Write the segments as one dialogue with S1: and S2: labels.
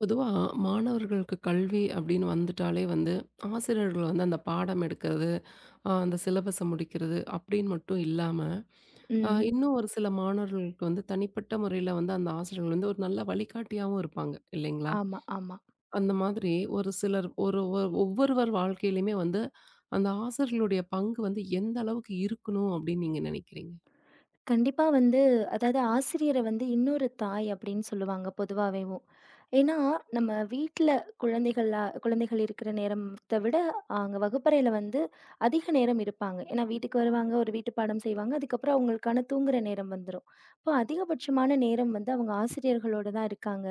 S1: பொதுவா மாணவர்களுக்கு கல்வி அப்படின்னு வந்துட்டாலே வந்து, ஆசிரியர்கள் வந்து அந்த பாடம் எடுக்கிறது, அந்த சிலபஸ முடிக்கிறது அப்படின்னு மட்டும் இல்லாம,
S2: ம்.
S1: இன்னும் ஒரு சில மாணவர்களுக்கு வந்து தனிப்பட்ட முறையில வந்து அந்த ஆசிரியர்கள் வந்து ஒரு நல்ல வழிகாட்டியாவும் இருப்பாங்க இல்லைங்களா?
S2: ஆமா, ஆமா.
S1: அந்த மாதிரி ஒரு சிலர் ஒரு ஒ ஒவ்வொருவர் வாழ்க்கையிலுமே வந்து அந்த ஆசிரியர்களுடைய பங்கு வந்து எந்த அளவுக்கு இருக்கணும் அப்படின்னு நீங்க நினைக்கிறீங்க?
S2: கண்டிப்பா வந்து, அதாவது ஆசிரியர வந்து இன்னொரு தாய் அப்படின்னு சொல்லுவாங்க பொதுவாவேவும். ஏன்னா, நம்ம வீட்ல குழந்தைகள் இருக்கிற நேரத்த விட, அங்க வகுப்பறையில வந்து அதிக நேரம் இருப்பாங்க. ஏன்னா வீட்டுக்கு வருவாங்க, ஒரு வீட்டு பாடம் செய்வாங்க. அதுக்கப்புறம் அவங்களுக்கான தூங்குற நேரம் வந்துரும். இப்போ அதிகபட்சமான நேரம் வந்து அவங்க ஆசிரியர்களோட தான் இருக்காங்க.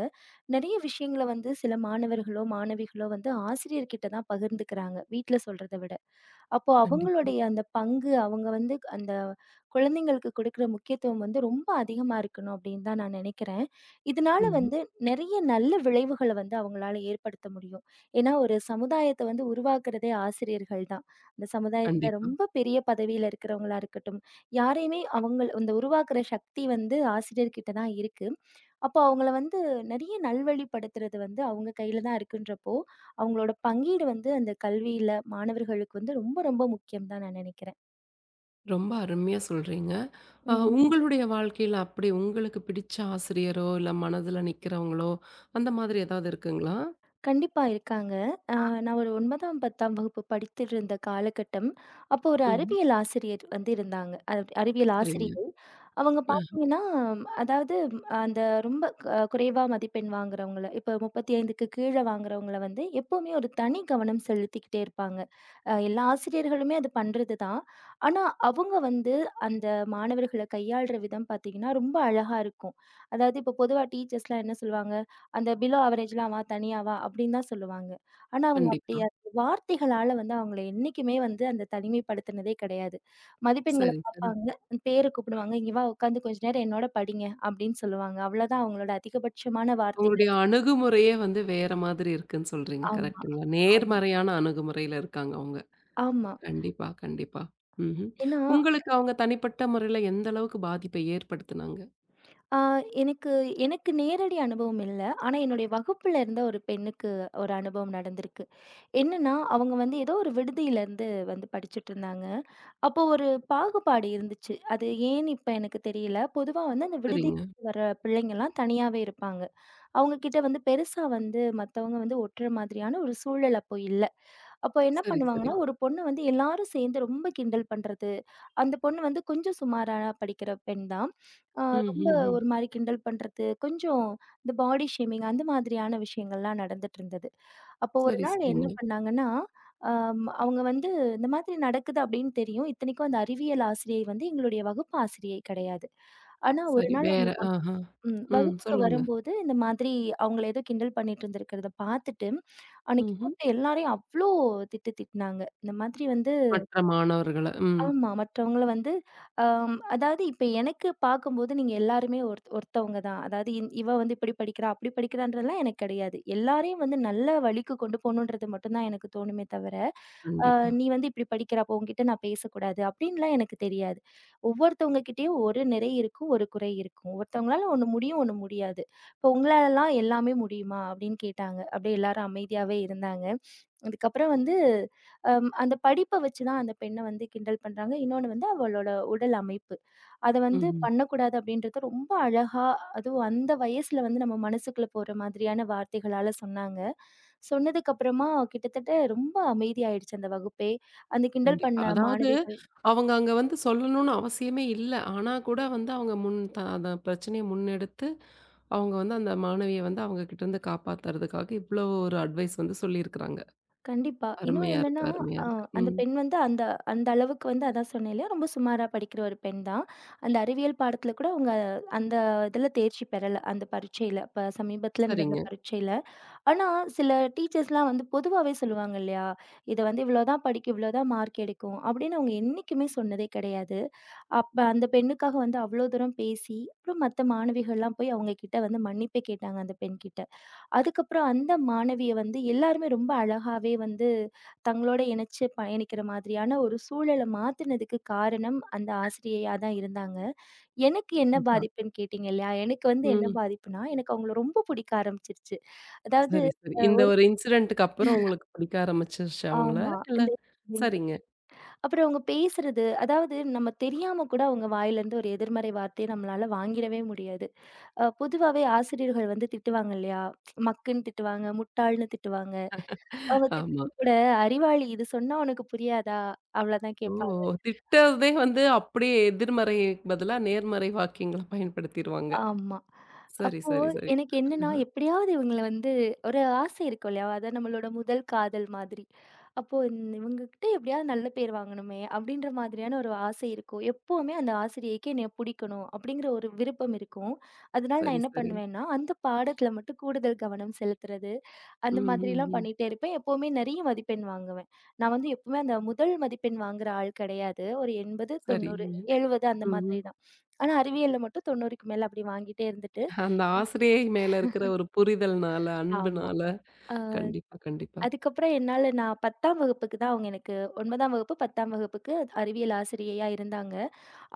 S2: நெறைய விஷயங்கள வந்து சில மாணவர்களோ, மாணவிகளோ வந்து ஆசிரியர்கிட்ட தான் பகிர்ந்துக்கிறாங்க, வீட்ல சொல்றத விட. அப்போ
S1: கண்டிப்பா.
S2: அவங்களுடைய அந்த பங்கு, அவங்க வந்து அந்த குழந்தைங்களுக்கு கொடுக்குற முக்கியத்துவம் வந்து ரொம்ப அதிகமா இருக்கணும் அப்படின்னு தான் நான் நினைக்கிறேன். இதனால
S1: ம்.
S2: வந்து நிறைய நல்ல விளைவுகள வந்து அவங்களால ஏற்படுத்த முடியும். ஏன்னா, ஒரு சமுதாயத்த வந்து உருவாக்குறதே ஆசிரியர்கள் தான். அந்த சமுதாயத்துல
S1: கண்டிப்பா.
S2: ரொம்ப பெரிய பதவியில இருக்கிறவங்களா இருக்கட்டும், யாரையுமே அவங்கள் அந்த உருவாக்குற சக்தி வந்து ஆசிரியர்கிட்ட தான் இருக்கு. அப்போ அவங்கள வந்து நிறைய நல்வழிப்படுத்துறது வந்து அவங்க கையில தான் இருக்குன்றப்போ, அவங்களோட பங்கீடு வந்து அந்த கல்வியில மாணவர்களுக்கு வந்து ரொம்ப ரொம்ப முக்கியம் தான் நான் நினைக்கிறேன்.
S1: ரொம்ப அருமையா சொல்றீங்க.
S2: ம்.
S1: உங்களுடைய வாழ்க்கையில அப்படி உங்களுக்கு பிடிச்ச ஆசிரியரோ, இல்ல மனதுல நிக்கிறவங்களோ, அந்த மாதிரி ஏதாவது இருக்குங்களா?
S2: கண்டிப்பா இருக்காங்க. அ ஆ. நான் ஒரு 9ஆம், 10ஆம் வகுப்பு படித்துட்டிருந்த காலகட்டம், அப்போ ஒரு
S1: ம்ஹ்ம்.
S2: அறிவியல் ஆசிரியர் வந்து இருந்தாங்க. அறிவியல்
S1: சரிங்க.
S2: ஆசிரியை. அவங்க
S1: அ
S2: பார்த்தீங்கன்னா, அதாவது ம், அந்த ரொம்ப குறைவா மதிப்பெண் வாங்குறவங்கள, இப்போ 35க்கு கீழ வாங்குறவங்கள வந்து எப்பவுமே ஒரு தனி கவனம் செலுத்திக்கிட்டே இருப்பாங்க. எல்லா ஆசிரியர்களுமே அது பண்றது தான். ஆனா, அவங்க வந்து அந்த மாணவர்கள கையாள்ற விதம் பார்த்தீங்கன்னா, ரொம்ப அழகா இருக்கும். அதாவது இப்போ பொதுவா டீச்சர்ஸ்லாம் என்ன சொல்லுவாங்க? அந்த பிலோ அவரேஜ்ல அவ தனியா வா! அப்படின்னு தான் சொல்லுவாங்க. ஆனா அவங்க அப்படி
S1: கண்டிப்பா.
S2: அந்த வார்த்தைகளால வந்து அவங்கள என்னைக்குமே வந்து அந்த தனிமைப்படுத்துனதே கிடையாது. மதிப்பெண்கள
S1: சரி, சரி.
S2: பார்ப்பாங்க, பேர கூப்பிடுவாங்க. "இங்க வா உட்காந்து கொஞ்ச நேரம் என்னோட படிங்க" அப்படின்னு சொல்லுவாங்க. அவ்வளோதான் அவங்களோட அதிகபட்சமான வார்த்தைகள்.
S1: உங்களுடைய அணுகுமுறையே வந்து வேற மாதிரி இருக்குன்னு சொல்றீங்க.
S2: ஆமா,
S1: கரெக்ட்டுங்களா?
S2: ஆமா,
S1: நேர்மறையான அணுகுமுறையில இருக்காங்க அவங்க.
S2: ஆமா.
S1: கண்டிப்பா, கண்டிப்பா. ம்ஹ்ம்.
S2: ஏன்னா
S1: உங்களுக்கு அவங்க தனிப்பட்ட முறையில எந்த அளவுக்கு பாதிப்பை ஏற்படுத்துனாங்க?
S2: ஆ, எனக்கு எனக்கு நேரடி அனுபவம் இல்ல. ஆனா, என்னுடைய வகுப்புல இருந்த ஒரு பெண்ணுக்கு ஒரு அனுபவம் நடந்திருக்கு. என்னன்னா, அவங்க வந்து ஏதோ ஒரு விடுதியில இருந்து வந்து படிச்சுட்டுருந்தாங்க. அப்போ ஒரு பாகுபாடு இருந்துச்சு. அது ஏன்னு இப்ப எனக்கு தெரியல. பொதுவா வந்து அந்த விடுதி
S1: சரிங்க.
S2: வர பிள்ளைங்கலாம் தனியாவே இருப்பாங்க. அவங்க கிட்ட வந்து பெருசா வந்து மத்தவங்க வந்து ஒட்டுற மாதிரியான ஒரு சூழல் அப்போ இல்ல. அப்போ என்ன
S1: சரி, சரி.
S2: பண்ணுவாங்கன்னா, ஒரு பொண்ண வந்து எல்லாரும் சேர்ந்து ரொம்ப கிண்டல் பண்றது. அந்த பொண்ணு வந்து கொஞ்சம் சுமாரா படிக்கிற பெண் தான். அ
S1: ம்,
S2: ரொம்ப
S1: ம், ம்.
S2: ஒரு மாரி கிண்டல் பண்றது, கொஞ்சம் இந்த பாடி ஷேமிங் அந்த மாதிரியான விஷயங்கள்லாம் நடந்துட்டு இருந்தது. அப்போ ஒரு
S1: சரி,
S2: நாள் என்ன
S1: சரிங்க.
S2: பண்ணாங்கன்னா, அவங்க வந்து இந்த மாதிரி நடக்குது அப்படின்னு தெரியும். இத்தனைக்கும் அந்த அறிவியல் ஆசிரியை வந்து எங்களுடைய வகுப்பு ஆசிரியை கிடையாது. ஆனா ஒரு
S1: சரி.
S2: நாள்
S1: வேற
S2: அவங்க
S1: ஆஹா. ம்.
S2: வகுப்புக்கு
S1: சொல்லுங்க.
S2: வரும்போது இந்த மாதிரி அவங்கள ஏதோ கிண்டல் பண்ணிட்டு இருந்திருக்கிறத பார்த்துட்டு, அன்னைக்கு
S1: ம்ஹ்ம்.
S2: கூப்ட்டு எல்லாரையும் அவ்ளோ திட்டு திட்டுனாங்க. இந்த மாதிரி வந்து
S1: மற்ற மாணவர்கள. ம்.
S2: ஆமா. மற்றவங்கள வந்து அதாவது இப்ப எனக்கு பார்க்கும்போது நீங்க எல்லாருமே ஒருத்தவங்க தான். அதாவது இவ வந்து இப்படி படிக்கிறா, அப்படி படிக்கிறான்றதெல்லாம் எனக்கு கிடையாது. எல்லாரையும் வந்து நல்ல வழிக்கு கொண்டு போணுன்றது மட்டும் தான் எனக்கு தோணுமே தவிர, அ
S1: கண்டிப்பா.
S2: "நீ வந்து இப்படி படிக்கிற, அப்போ உன்கிட்ட நான் பேசக்கூடாது" அப்படின்லாம் எனக்கு தெரியாது. ஒவ்வொருத்தவங்க கிட்டயும் ஒரு நிறை இருக்கும், ஒரு குறை இருக்கும். ஒருத்தவங்களால ஒண்ணு முடியும், ஒண்ணு முடியாது. இப்போ "உங்களாலலாம் எல்லாமே முடியுமா?" அப்படின்னு கேட்டாங்க. அப்படியே எல்லாரும் அமைதியாவே இருந்தாங்க. அதுக்கப்புறம் வந்து அந்த படிப்ப வச்சு தான் அந்த பெண்ண வந்து கிண்டல் பண்றாங்க. இன்னொன்னு வந்து அவளோட உடல் அமைப்பு. அத வந்து
S1: ம்ஹ்ம்.
S2: பண்ணக்கூடாது அப்படின்றத ரொம்ப அழகா, அதுவும் அந்த வயசுல வந்து நம்ம மனசுக்குள்ள போற மாதிரியான வார்த்தைகளால சொன்னாங்க. சொன்னதுக்கு அப்புறமா கிட்டத்தட்ட ரொம்ப அமைதியாயிடுச்சு அந்த வகுப்பே. அந்த கிண்டல்
S1: கண்டிப்பா.
S2: பண்ண
S1: அதாவது
S2: மாணவிகள்
S1: அவங்க அங்க வந்து சொல்லணும்னு அவசியமே இல்ல. ஆனா கூட வந்து அவங்க முன் அந்த பிரச்சனைய முன்னெடுத்து, அவங்க வந்து அந்த மாணவிய வந்து அவங்க கிட்டருந்து காப்பாத்துறதுக்காக இவ்ளோ ஒரு அட்வைஸ் வந்து சொல்லியிருக்கிறாங்க.
S2: கண்டிப்பா. இன்னும்
S1: அருமையா
S2: என்னன்னா,
S1: இருக்கு, அருமையா
S2: அ
S1: இருக்கு.
S2: அந்த
S1: ம்.
S2: பெண் வந்து அந்த அந்த அளவுக்கு வந்து அதான் சொன்னேன் இல்லையா, ரொம்ப சுமாரா படிக்கிற ஒரு பெண் தான். அந்த அறிவியல் பாடத்துல கூட அவங்க அந்த இதுல தேர்ச்சி பெறல, அந்த பரீட்சையில. இப்ப சமீபத்துல நடந்த
S1: சரிங்க.
S2: பரீட்சையில. ஆனா, சில டீச்சர்ஸ்லாம் வந்து பொதுவாவே சொல்லுவாங்க இல்லையா? "இத வந்து இவ்வளோதான் படிக்கும், இவ்வளோதான் மார்க் எடுக்கும்." அப்படின்னு அவங்க என்னைக்குமே சொன்னதே கிடையாது. அப்ப அந்த பெண்ணுக்காக வந்து அவ்வளோ தூரம் பேசி, அப்புறம் மத்த மாணவிகள்லாம் போய் அவங்க கிட்ட வந்து மன்னிப்பே கேட்டாங்க அந்த பெண்கிட்ட. அதுக்கப்புறம் அந்த மாணவிய வந்து எல்லாருமே ரொம்ப அழகாவே வந்து தங்களோட இணைச்சு பயணிக்கிற மாதிரியான ஒரு சூழல மாத்துனதுக்கு காரணம் அந்த ஆசிரியையா தான் இருந்தாங்க. எனக்கு என்ன
S1: கண்டிப்பா.
S2: பாதிப்புன்னு கேட்டீங்க இல்லையா? எனக்கு வந்து என்ன
S1: ம்.
S2: பாதிப்புன்னா, எனக்கு அவங்கள ரொம்ப புடிக்க ஆரம்பிச்சுருச்சு. அதாவது
S1: சரி, சரி. இந்த ஒரு இன்சிடென்ட்க்கு அப்புறம் உங்களுக்கு பிடிக்க ஆரம்பிச்சிருச்சா அவங்கள?
S2: ஆமா.
S1: இல்ல
S2: இந்த
S1: சரிங்க.
S2: அப்புறம் அவங்க பேசுறது, அதாவது நம்ம தெரியாம கூட அவங்க வாயிலருந்து ஒரு எதிர்மறை வார்த்தைய நம்மளால வாங்கிடவே முடியாது. பொதுவாவே ஆசிரியர்கள் வந்து திட்டுவாங்க இல்லையா? மக்குன்னு திட்டுவாங்க, முட்டாள்ன்னு திட்டுவாங்க. அவங்க
S1: ஆமா.
S2: திட்டுறது கூட அறிவாளி இது சொன்னா உனக்கு புரியாதா? அவ்வளதான்
S1: ஓ!
S2: கேட்பாங்க.
S1: திட்டுறதே வந்து அப்படியே எதிர்மறை பதிலா நேர்மறை வாக்கியங்கள பயன்படுத்திருவாங்க.
S2: ஆமா.
S1: சரி,
S2: அப்போ
S1: சரி, சரி.
S2: எனக்கு என்னன்னா,
S1: ஆஹா.
S2: எப்படியாவது இவங்கள வந்து ஒரு ஆசை இருக்கும் இல்லையா? அதான் நம்மளோட முதல் காதல் மாதிரி. அப்போ இவங்ககிட்ட எப்படியாவது நல்ல பேர் வாங்கணுமே! அப்படின்ற மாதிரியான ஒரு ஆசை இருக்கும். எப்பவுமே அந்த ஆசிரியைக்கு என்னைய புடிக்கணும் அப்படிங்கிற ஒரு விருப்பம் இருக்கும். அதனால நான்
S1: சரி,
S2: என்ன
S1: சரி.
S2: பண்ணுவேன்னா, அந்த பாடத்தில மட்டும் கூடுதல் கவனம் செலுத்துறது.
S1: ம்,
S2: அந்த
S1: ம்,
S2: மாதிரிலாம்
S1: ம்.
S2: பண்ணிட்டே இருப்பேன். எப்பவுமே நெறைய மதிப்பெண் வாங்குவேன். நான் வந்து எப்பவுமே அந்த முதல் மதிப்பெண் வாங்குற ஆள் கிடையாது. ஒரு 80, 90,
S1: சரிங்க.
S2: 70 அந்த
S1: ம்ஹ்ம்.
S2: மாதிரி தான். ஆனா அறிவியல்ல மட்டும் 90க்கு மேல அப்படி வாங்கிட்டே இருந்துட்டு
S1: அந்த ஆசிரியை மேல இருக்கிற ஒரு புரிதல்னால,
S2: ஆமா.
S1: அன்புனால.
S2: அ
S1: கண்டிப்பா, கண்டிப்பா.
S2: அதுக்கப்புறம் என்னால நான் 10ஆம் வகுப்புக்கு தான் அவங்க எனக்கு 9ஆம் வகுப்பு, 10ஆம் வகுப்புக்கு அறிவியல் ஆசிரியையா இருந்தாங்க.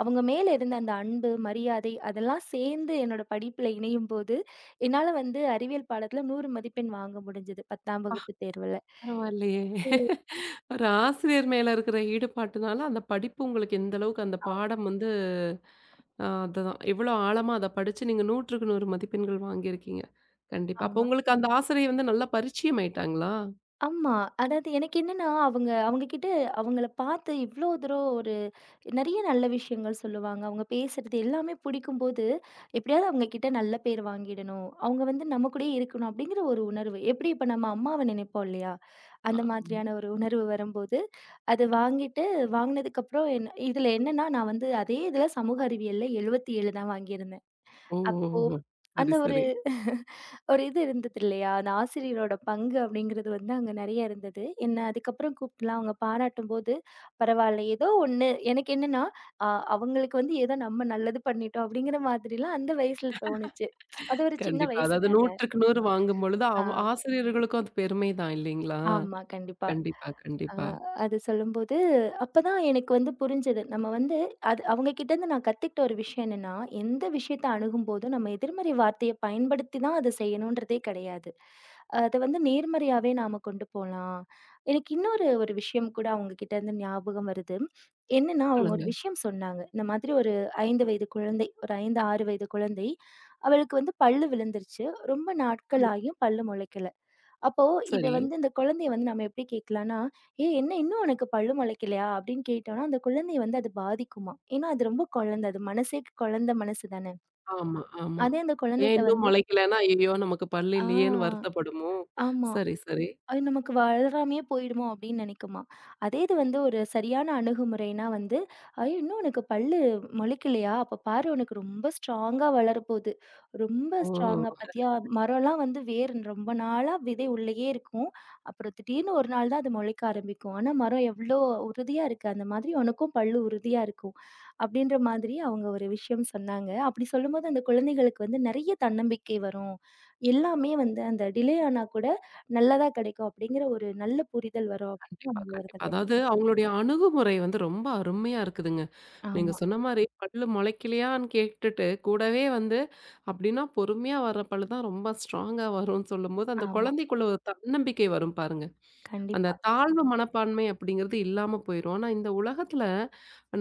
S2: அவங்க மேல இருந்த அந்த அன்பு, மரியாதை அதெல்லாம் சேர்ந்து என்னோட படிப்புல இணையும்போது, என்னால வந்து அறிவியல் பாடத்துல 100 மதிப்பெண் வாங்க முடிஞ்சது 10ஆம் வகுப்பு தேர்வுல.
S1: பரவாயில்லையே! ஒரு ஆசிரியர் மேல இருக்கிற ஈடுபாட்டுனால, அந்த படிப்பு உங்களுக்கு எந்த அளவுக்கு அந்த பாடம் வந்து அதுதான். எவ்வளோ ஆழமா அத படிச்சு நீங்க 100க்கு 100 மதிப்பெண்கள் வாங்கியிருக்கீங்க. கண்டிப்பா. அப்போ
S2: ஆமா.
S1: உங்களுக்கு அந்த ஆசிரியை வந்து நல்லா பரிச்சயம் ஆயிட்டாங்களா?
S2: ஆமா. அதாவது எனக்கு என்னன்னா, அவங்க அவங்க கிட்ட அவங்கள பார்த்து இவ்ளோ தூரம் ஒரு நெறைய நல்ல விஷயங்கள் சொல்லுவாங்க. அவங்க பேசுறது எல்லாமே பிடிக்கும்போது, எப்படியாவது அவங்க கிட்ட நல்ல பேர் வாங்கிடணும். அவங்க வந்து நம்ம கூடயே இருக்கணும் அப்படிங்கிற ஒரு உணர்வு. எப்படி இப்ப நம்ம அம்மாவ நினைப்போம் இல்லையா?
S1: அ.
S2: அந்த மாதிரியான ஒரு உணர்வு வரும்போது, அது வாங்கிட்டு வாங்கினதுக்கப்புறம் இதுல என்னன்னா, நான் வந்து அதே இதுல சமூக அறிவியல்ல 77 தான் வாங்கியிருந்தேன்.
S1: ஓ! ஓ!
S2: அப்போ
S1: ஓ! சரி,
S2: அந்த ஒரு
S1: சரி.
S2: ஒரு இது இருந்தது இல்லையா? அந்த ஆசிரியரோட பங்கு அப்படிங்கிறது வந்து அங்க நெறைய இருந்தது. என்ன அதுக்கப்புறம் கூப்ட்டுலாம் அவங்க பாராட்டும்போது, பரவால்ல ஏதோ ஒண்ணு எனக்கு என்னன்னா, அ அவங்களுக்கு வந்து ஏதோ நம்ம நல்லது பண்ணிட்டோம் அப்படிங்கிற மாதிரிலாம் அந்த வயசுல தோணுச்சு. அது ஒரு சின்ன
S1: கண்டிப்பா.
S2: வயசு
S1: அதாவது
S2: தானே.
S1: 100க்கு 100 வாங்கும்பொழுது,
S2: ஆ,
S1: ஆசிரியர்களுக்கும் அது பெருமை தான் இல்லைங்களா?
S2: ஆமா கண்டிப்பா.
S1: கண்டிப்பா,
S2: ஆ
S1: கண்டிப்பா.
S2: அது சொல்லும்போது, அப்பதான் எனக்கு வந்து புரிஞ்சது. நம்ம வந்து அது அவங்க கிட்டேருந்து நான் கத்துக்கிட்ட ஒரு விஷயம் என்னன்னா, எந்த விஷயத்த அணுகும்போதும் நம்ம எதிர்மறை வார்த்தைய பயன்படுத்தி தான் அத செய்யணுன்றதே கிடையாது. அத வந்து நேர்மறையாவே நாம கொண்டு போலாம். எனக்கு ஒரு விஷயம் கூட அவங்க கிட்டேருந்து ஞாபகம் வருது. என்னன்னா, அவங்க ஒரு
S1: சொல்லுங்க.
S2: விஷயம் சொன்னாங்க. இந்த மாதிரி ஒரு 5 வயது குழந்தை, ஒரு 5, 6 வயது குழந்தை. அவளுக்கு வந்து பல்லு விழுந்துருச்சு. ரொம்ப நாட்கள்
S1: ம்.
S2: ஆகியும் பல்லு முளைக்கல. அப்போ இத
S1: சரி.
S2: வந்து இந்த குழந்தைய வந்து நம்ம எப்படி கேட்கலாம்னா, "ஏய் என்ன இன்னும் உனக்கு பல்லு முளைக்கலையா?" அப்படின்னு கேட்டோம்னா, அந்த குழந்தைய வந்து அது பாதிக்குமாம். ஏன்னா அது ரொம்ப குழந்தை. அது மனசே குழந்தை மனசு தானே.
S1: ஆமா, ஆமா.
S2: அதே அந்த
S1: ஏன்
S2: குழந்தைட்ட
S1: இன்னும்
S2: வந்து
S1: முளைக்கலன்னா, ஐயய்யோ! நமக்கு பல்லு
S2: ஆ,
S1: இல்லையேன்னு வருத்தப்படுமோ?
S2: ஆமா.
S1: சரி, சரி.
S2: அது நமக்கு வளராமயே போயிடுமோ அப்படின்னு நினைக்குமா? அதே இது வந்து ஒரு சரியான அணுகுமுறைனா வந்து, "ஐயோ! இன்னும் உனக்கு பல்லு முளைக்கலையா? அப்ப பாரு உனக்கு ரொம்ப ஸ்ட்ராங்கா வளரப்போது. ரொம்ப
S1: ஓ!
S2: ஸ்ட்ராங்கா பாத்தியா? மரம்லாம் வந்து வேர் ரொம்ப நாளா விதை உள்ளேயே இருக்கும். அப்புறம் திடீர்னு ஒரு நாள் தான் அது முளைக்க ஆரம்பிக்கும். ஆனா மரம் எவ்ளோ உறுதியா இருக்கு. அந்த மாதிரி உனக்கும் பல்லு உறுதியா இருக்கும்." அப்படின்ற மாதிரி அவங்க ஒரு விஷயம் சொன்னாங்க. அப்படி சொல்லும்போது அந்த குழந்தைகளுக்கு வந்து நெறைய தன்னம்பிக்கை வரும். எல்லாமே வந்து அந்த டிலே ஆனா கூட நல்லதா கிடைக்கும் அப்படிங்கிற ஒரு நல்ல புரிதல் வரும் அப்படின்னு
S1: கண்டிப்பா,
S2: நம்ம ஒரு
S1: கண்டிப்பா.
S2: தடவ
S1: அதாவது அவங்களுடைய அணுகுமுறை வந்து ரொம்ப அருமையா இருக்குதுங்க. நீங்க
S2: ஆமா,
S1: சொன்ன மாரி பல்லு முளைக்கலையான்னு கேட்டுட்டு, கூடவே வந்து அப்படின்னா பொறுமையா வர்ற பல்லு தான் ரொம்ப ஸ்ட்ராங்கா வரும்ன்னு சொல்லும்போது, அந்த
S2: ஆமா.
S1: குழந்தைக்குள்ள ஒரு தன்னம்பிக்கை வரும் பாருங்க. அந்த
S2: கண்டிப்பா.
S1: தாழ்வு மனப்பான்மை அப்படிங்கிறது இல்லாம போயிரும். ஆனா, இந்த உலகத்துல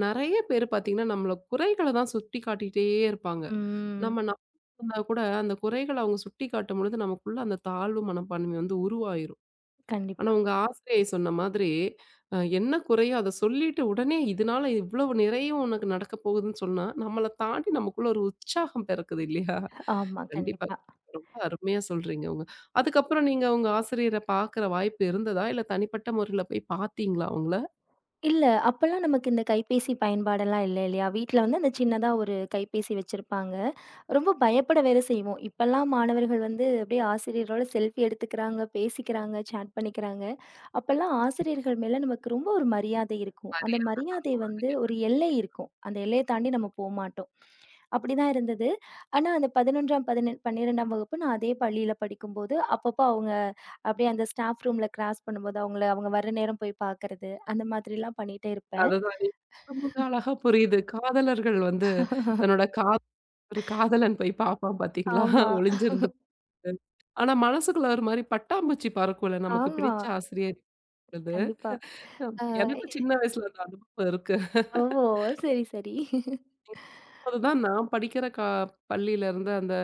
S1: நெறைய பேரு பார்த்தீங்கன்னா, நம்மள குறைகள தான் சுட்டி காட்டிட்டே இருப்பாங்க.
S2: ம்.
S1: நம்ம நல்லா இருந்தா கூட அந்த குறைகள அவங்க சுட்டி காட்டும்பொழுது நமக்குள்ள அந்த தாழ்வு மனப்பான்மை வந்து உருவாயிரும். ஆனா,
S2: கண்டிப்பா.
S1: உங்க ஆசிரியை சொன்ன மாதிரி, என்ன குறையோ அத சொல்லிட்டு உடனே இதனால இவ்வளவு நிறையும் உனக்கு நடக்க போகுதுன்னு சொன்னா, நம்மள தாண்டி நமக்குள்ள ஒரு உற்சாகம் பிறக்குது இல்லையா?
S2: ஆமா,
S1: கண்டிப்பா. கண்டிப்பா.
S2: கண்டிப்பா.
S1: ரொம்ப அருமையா சொல்றீங்க உங்க. அதுக்கப்புறம் நீங்க உங்க ஆசிரியர பார்க்குற வாய்ப்பு இருந்ததா? இல்ல தனிப்பட்ட முறையில போய் பார்த்தீங்களா அவங்கள?
S2: இல்ல, அப்பல்லாம் நமக்கு இந்த கைபேசி பயன்பாடெல்லாம் இல்ல இல்லையா? வீட்ல வந்து அந்த சின்னதா ஒரு கைபேசி வச்சிருப்பாங்க. ரொம்ப பயப்பட வேற செய்வோம். இப்பல்லாம் மாணவர்கள் வந்து அப்படியே ஆசிரியரோட செல்ஃபி எடுத்துக்கிறாங்க, பேசிக்கிறாங்க, சேட் பண்ணிக்கிறாங்க. அப்பல்லாம் ஆசிரியர்கள் மேல நமக்கு ரொம்ப ஒரு மரியாதை இருக்கும். அந்த
S1: நெறைய
S2: மரியாதை வந்து ஒரு எல்லை இருக்கும். அந்த எல்லைய தாண்டி நம்ம போமாட்டோம். அப்படிதான் இருந்தது. ஆனா, அந்த 11ஆம், 11 12ஆம் வகுப்பு நான் அதே பள்ளியில படிக்கும்போது, அப்பப்போ அவங்க அப்படியே அந்த ஸ்டாஃப் ரூம்ல கிராஸ் பண்ணும்போது, அவங்கள அவங்க வர நேரம் போய் பார்க்கறது, அந்த மாதிரிலாம் பண்ணிட்டே இருப்பேன்.
S1: அதுதான் நீங்க சொல்லும்போது அழகா புரியுது. காதலர்கள் வந்து தன்னோட காதல் ஒரு காதலன் போய் பார்ப்பான் பார்த்தீங்களா?
S2: ஆமா,
S1: ஒளிஞ்சிருந்து ஆனா மனசுக்குள்ள ஒரு மாரி பட்டாம்பூச்சி பறக்கும்ல நமக்கு
S2: ஆமா.
S1: பிடிச்ச ஆசிரியர்.
S2: கண்டிப்பா. அ
S1: எனக்கும் சின்ன வயசுல அந்த அனுபவம் இருக்கு.
S2: ஓஹோ! சரி, சரி.
S1: அதுதான் நான் படிக்கிற பள்ளியில இருந்த அந்த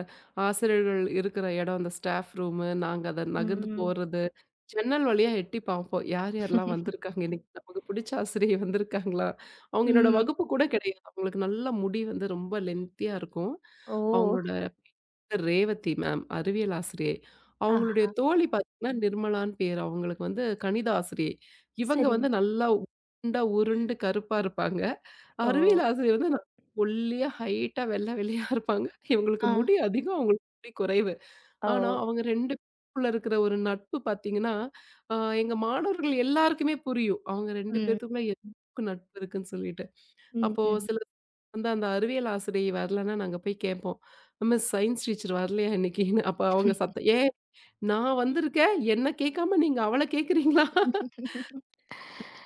S1: ஆசிரியர்கள் இருக்கிற இடம், அந்த ஸ்டாஃப் ரூமு, நாங்க அத நகர்ந்து
S2: ம்,
S1: போறது, ஜன்னல் வழியா எட்டி பார்ப்போம். யார் யாரெல்லாம் வந்திருக்காங்க? இன்னைக்கு நமக்கு பிடிச்ச ஆசிரியை வந்திருக்காங்களா? அவங்க என்னோட
S2: ம்.
S1: வகுப்பு கூட கிடையாது. அவங்களுக்கு நல்ல முடி வந்து ரொம்ப லென்த்தியா இருக்கும்.
S2: ஓ!
S1: அவங்களோட பேர் ரேவதி மேம், அறிவியல் ஆசிரியை.
S2: ஆ,
S1: அவங்களுடைய தோழி பார்த்தீங்கன்னா, நிர்மலான்னு பேரு. அவங்களுக்கு வந்து கணித ஆசிரியை. இவங்க
S2: சரிங்க.
S1: வந்து நல்லா உருண்ட, உருண்டு கருப்பா இருப்பாங்க.
S2: ஓ!
S1: அறிவியல் ஆசிரியர் வந்து நான் ஒல்லியா, ஹைட்டா, வெள்ள வெள்ளையா இருப்பாங்க. இவங்களுக்கு
S2: ஆ.
S1: முடி அதிகம், அவங்களுக்கு முடி குறைவு.
S2: ஓ!
S1: ஆனா, அவங்க 2 பேருக்குள்ள இருக்கிற ஒரு நட்பு பார்த்தீங்கன்னா, அ எங்க மாணவர்கள் எல்லாருக்குமே புரியும். அவங்க 2
S2: ம்.
S1: பேத்துக்குள்ள எந்த அளவுக்கு நட்பு இருக்குன்னு சொல்லிட்டு.
S2: ம்,
S1: அப்போ
S2: ம்.
S1: சில வந்து அந்த அறிவியல் ஆசிரியை வரலன்னா நாங்க போய் கேட்போம். மிஸ் சயின்ஸ் டீச்சர் வரலையா இன்னைக்கின்னு. அப்ப அவங்க சத்தம் ஏன் நான் வந்திருக்கேன், என்ன கேட்காம நீங்க அவள கேட்கிறீங்களா?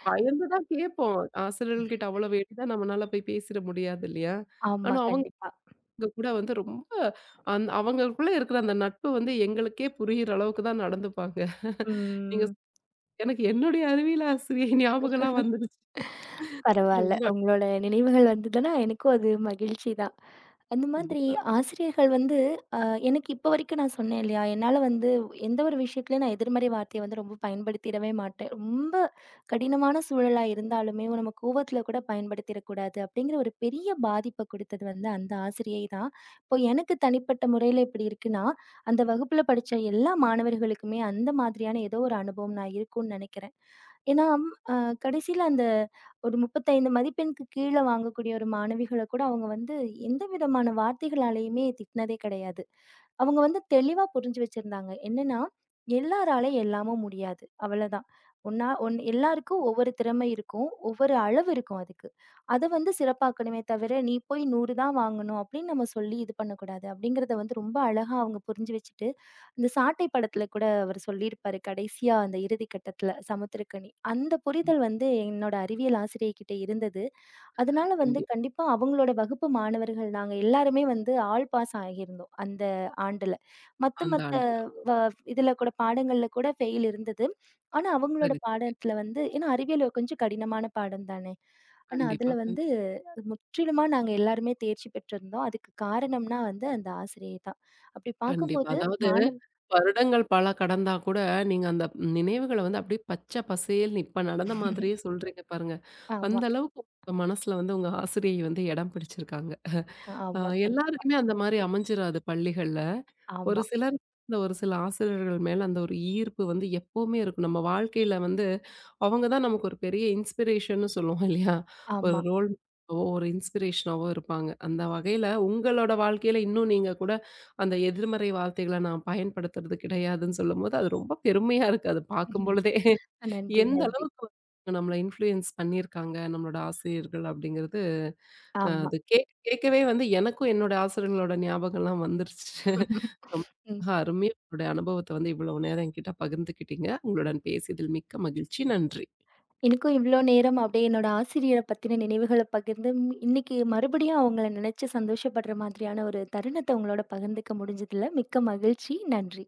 S1: பயந்து தான் கேட்போம். ஆசிரியர்கள்கிட்ட அவ்வளவு எளிதா நம்மனால போய் பேசிற முடியாது இல்லையா?
S2: ஆமா,
S1: ஆனா அவங்க
S2: கண்டிப்பா.
S1: கூட வந்து ரொம்ப அவங்களுக்குள்ள இருக்கிற அந்த நட்பு வந்து எங்களுக்கே புரியிற அளவுக்கு தான் நடந்துப்பாங்க. நீங்க
S2: ம்.
S1: எனக்கு என்னுடைய அறிவியல் ஆசிரியை ஞாபகம்லாம் வந்துருச்சு.
S2: பரவால்ல.
S1: ரொம்ப
S2: உங்களோட நினைவுகள் வந்ததுன்னா, எனக்கும் அது மகிழ்ச்சி தான். அந்த மாதிரி
S1: கண்டிப்பா.
S2: ஆசிரியர்கள் வந்து அ எனக்கு இப்போ வரைக்கும் நான் சொன்னேன் இல்லையா, என்னால வந்து எந்த ஒரு விஷயத்துலயும் நான் எதிர்மறை வார்த்தைய வந்து ரொம்ப பயன்படுத்திடவே மாட்டேன். ரொம்ப கடினமான சூழலா இருந்தாலுமே, நம்ம கோவத்தில கூட பயன்படுத்திடக்கூடாது அப்படிங்கிற ஒரு பெரிய பாதிப்ப குடுத்தது வந்து அந்த ஆசிரியை தான். இப்போ எனக்கு தனிப்பட்ட முறையில இப்படி இருக்குன்னா, அந்த வகுப்புல படிச்ச எல்லா மாணவர்களுக்குமே அந்த மாதிரியான ஏதோ ஒரு அனுபவம் நான் இருக்கும்னு நெனைக்கிறேன். ஏன்னா, அ கடைசியில அந்த ஒரு 35 மதிப்பெண்க்கு கீழ வாங்கக்கூடிய ஒரு மாணவிகள கூட அவங்க வந்து எந்த விதமான வார்த்தைகளாலயுமே திட்டினதே கிடையாது. அவங்க வந்து தெளிவா புரிஞ்சு வச்சிருந்தாங்க. என்னன்னா, எல்லாராலயும் எல்லாமும் முடியாது. அவ்வளதான். ஒன்னா ஒன் எல்லாருக்கும் ஒவ்வொரு திறமை இருக்கும். ஒவ்வொரு அளவு இருக்கும் அதுக்கு. அத வந்து சிறப்பாக்கணுமே தவிர, "நீ போய் 100 தான் வாங்கணும்" அப்படின்னு நம்ம சொல்லி இது பண்ணக்கூடாது. அப்படிங்கிறத வந்து ரொம்ப அழகா அவங்க புரிஞ்சு வச்சுட்டு இந்த சாட்டை படத்துல கூட அவரு சொல்லியிருப்பாரு, கடைசியா அந்த இறுதி கட்டத்துல "சமுத்திரக்கனி." அந்த
S1: ம்.
S2: புரிதல் வந்து என்னோட அறிவியல் ஆசிரியைகிட்ட இருந்தது. அதனால வந்து
S1: கண்டிப்பா.
S2: கண்டிப்பா அவங்களோட வகுப்பு மாணவர்கள் நாங்க எல்லாருமே வந்து ஆல் பாஸ் ஆகியிருந்தோம் அந்த ஆண்டுல. மத்த
S1: அந்த
S2: மத்த
S1: ஆண்டுல.
S2: வ இதுல கூட பாடங்கள்ல கூட ஃபெயில் இருந்தது. ஆனா அவங்களோட
S1: சரி, சரி.
S2: பாடத்துல வந்து ஏன்னா அறிவியல் கொஞ்சம் கடினமான பாடம் தானே. ஆனா அதுல
S1: கண்டிப்பா, கண்
S2: வந்து முற்றிலுமா நாங்க எல்லாருமே தேர்ச்சி பெற்றிருந்தோம். அதுக்கு காரணம்னா வந்து அந்த ஆசிரியை தான். அப்படி
S1: கண்டிப்பா.
S2: பார்க்கும்போது
S1: அதாவது
S2: மாணவ
S1: வருடங்கள் பல கடந்தா கூட, நீங்க அந்த நினைவுகள வந்து அப்படியே பச்சை பசேல்னு இப்ப நடந்த மாதிரியே சொல்றீங்க பாருங்க.
S2: ஆமா,
S1: அந்த அளவுக்கு உங்க மனசுல வந்து உங்க ஆசிரியை வந்து இடம் பிடிச்சிருக்காங்க. அ
S2: ஆமா.
S1: எல்லாருக்குமே அந்த மாரி அமைஞ்சிராது பள்ளிகள்ல. ஒரு
S2: ஆமா,
S1: சிலர் இந்த ஒரு சில ஆசிரியர்கள் மேல அந்த ஒரு ஈர்ப்பு வந்து எப்பவுமே இருக்கும். நம்ம வாழ்க்கையில வந்து அவங்க தான் நமக்கு ஒரு பெரிய இன்ஸ்பிரேஷன்னு சொல்லுவோம் இல்லையா? ஒரு
S2: ஆமா.
S1: ரோல் ஒரு இன்ஸ்பிரேஷனாவோ இருப்பாங்க. அந்த வகையில உங்களோட வாழ்க்கையில இன்னும் நீங்க கூட அந்த எதிர்மறை வார்த்தைகள நான் பயன்படுத்துறது கிடையாதுன்னு சொல்லும்போது, அது ரொம்ப பெருமையா இருக்கு. அது பார்க்கும் பொழுதே
S2: நன்றி,
S1: எந்த
S2: நன்றி.
S1: அளவுக்கு நம்மள இன்ஃப்ளூயன்ஸ் பண்ணியிருக்காங்க நம்மளோட ஆசிரியர்கள் அப்படிங்கிறது
S2: ஆமா.
S1: அது கேட்க கேட்கவே வந்து எனக்கும் என்னோட ஆசிரியர்களோட ஞாபகம்லாம் வந்துருச்சு. ரொம்ப
S2: ம்.
S1: அருமையா உங்களுடைய அனுபவத்த வந்து இவ்வளவு நேரம் என்கிட்ட பகிர்ந்துக்கிட்டீங்க. உங்களுடன் பேசியதில் மிக்க மகிழ்ச்சி. நன்றி.
S2: எனக்கும் இவ்ளோ நேரம் அப்படியே என்னோட ஆசிரியர பத்தின நினைவுகள பகிர்ந்து, ம் இன்னைக்கு மறுபடியும் அவங்கள நினைச்சு சந்தோஷப்படுற மாதிரியான ஒரு தருணத்த உங்களோட பகிர்ந்துக்க முடிஞ்சதுல மிக்க மகிழ்ச்சி. நன்றி.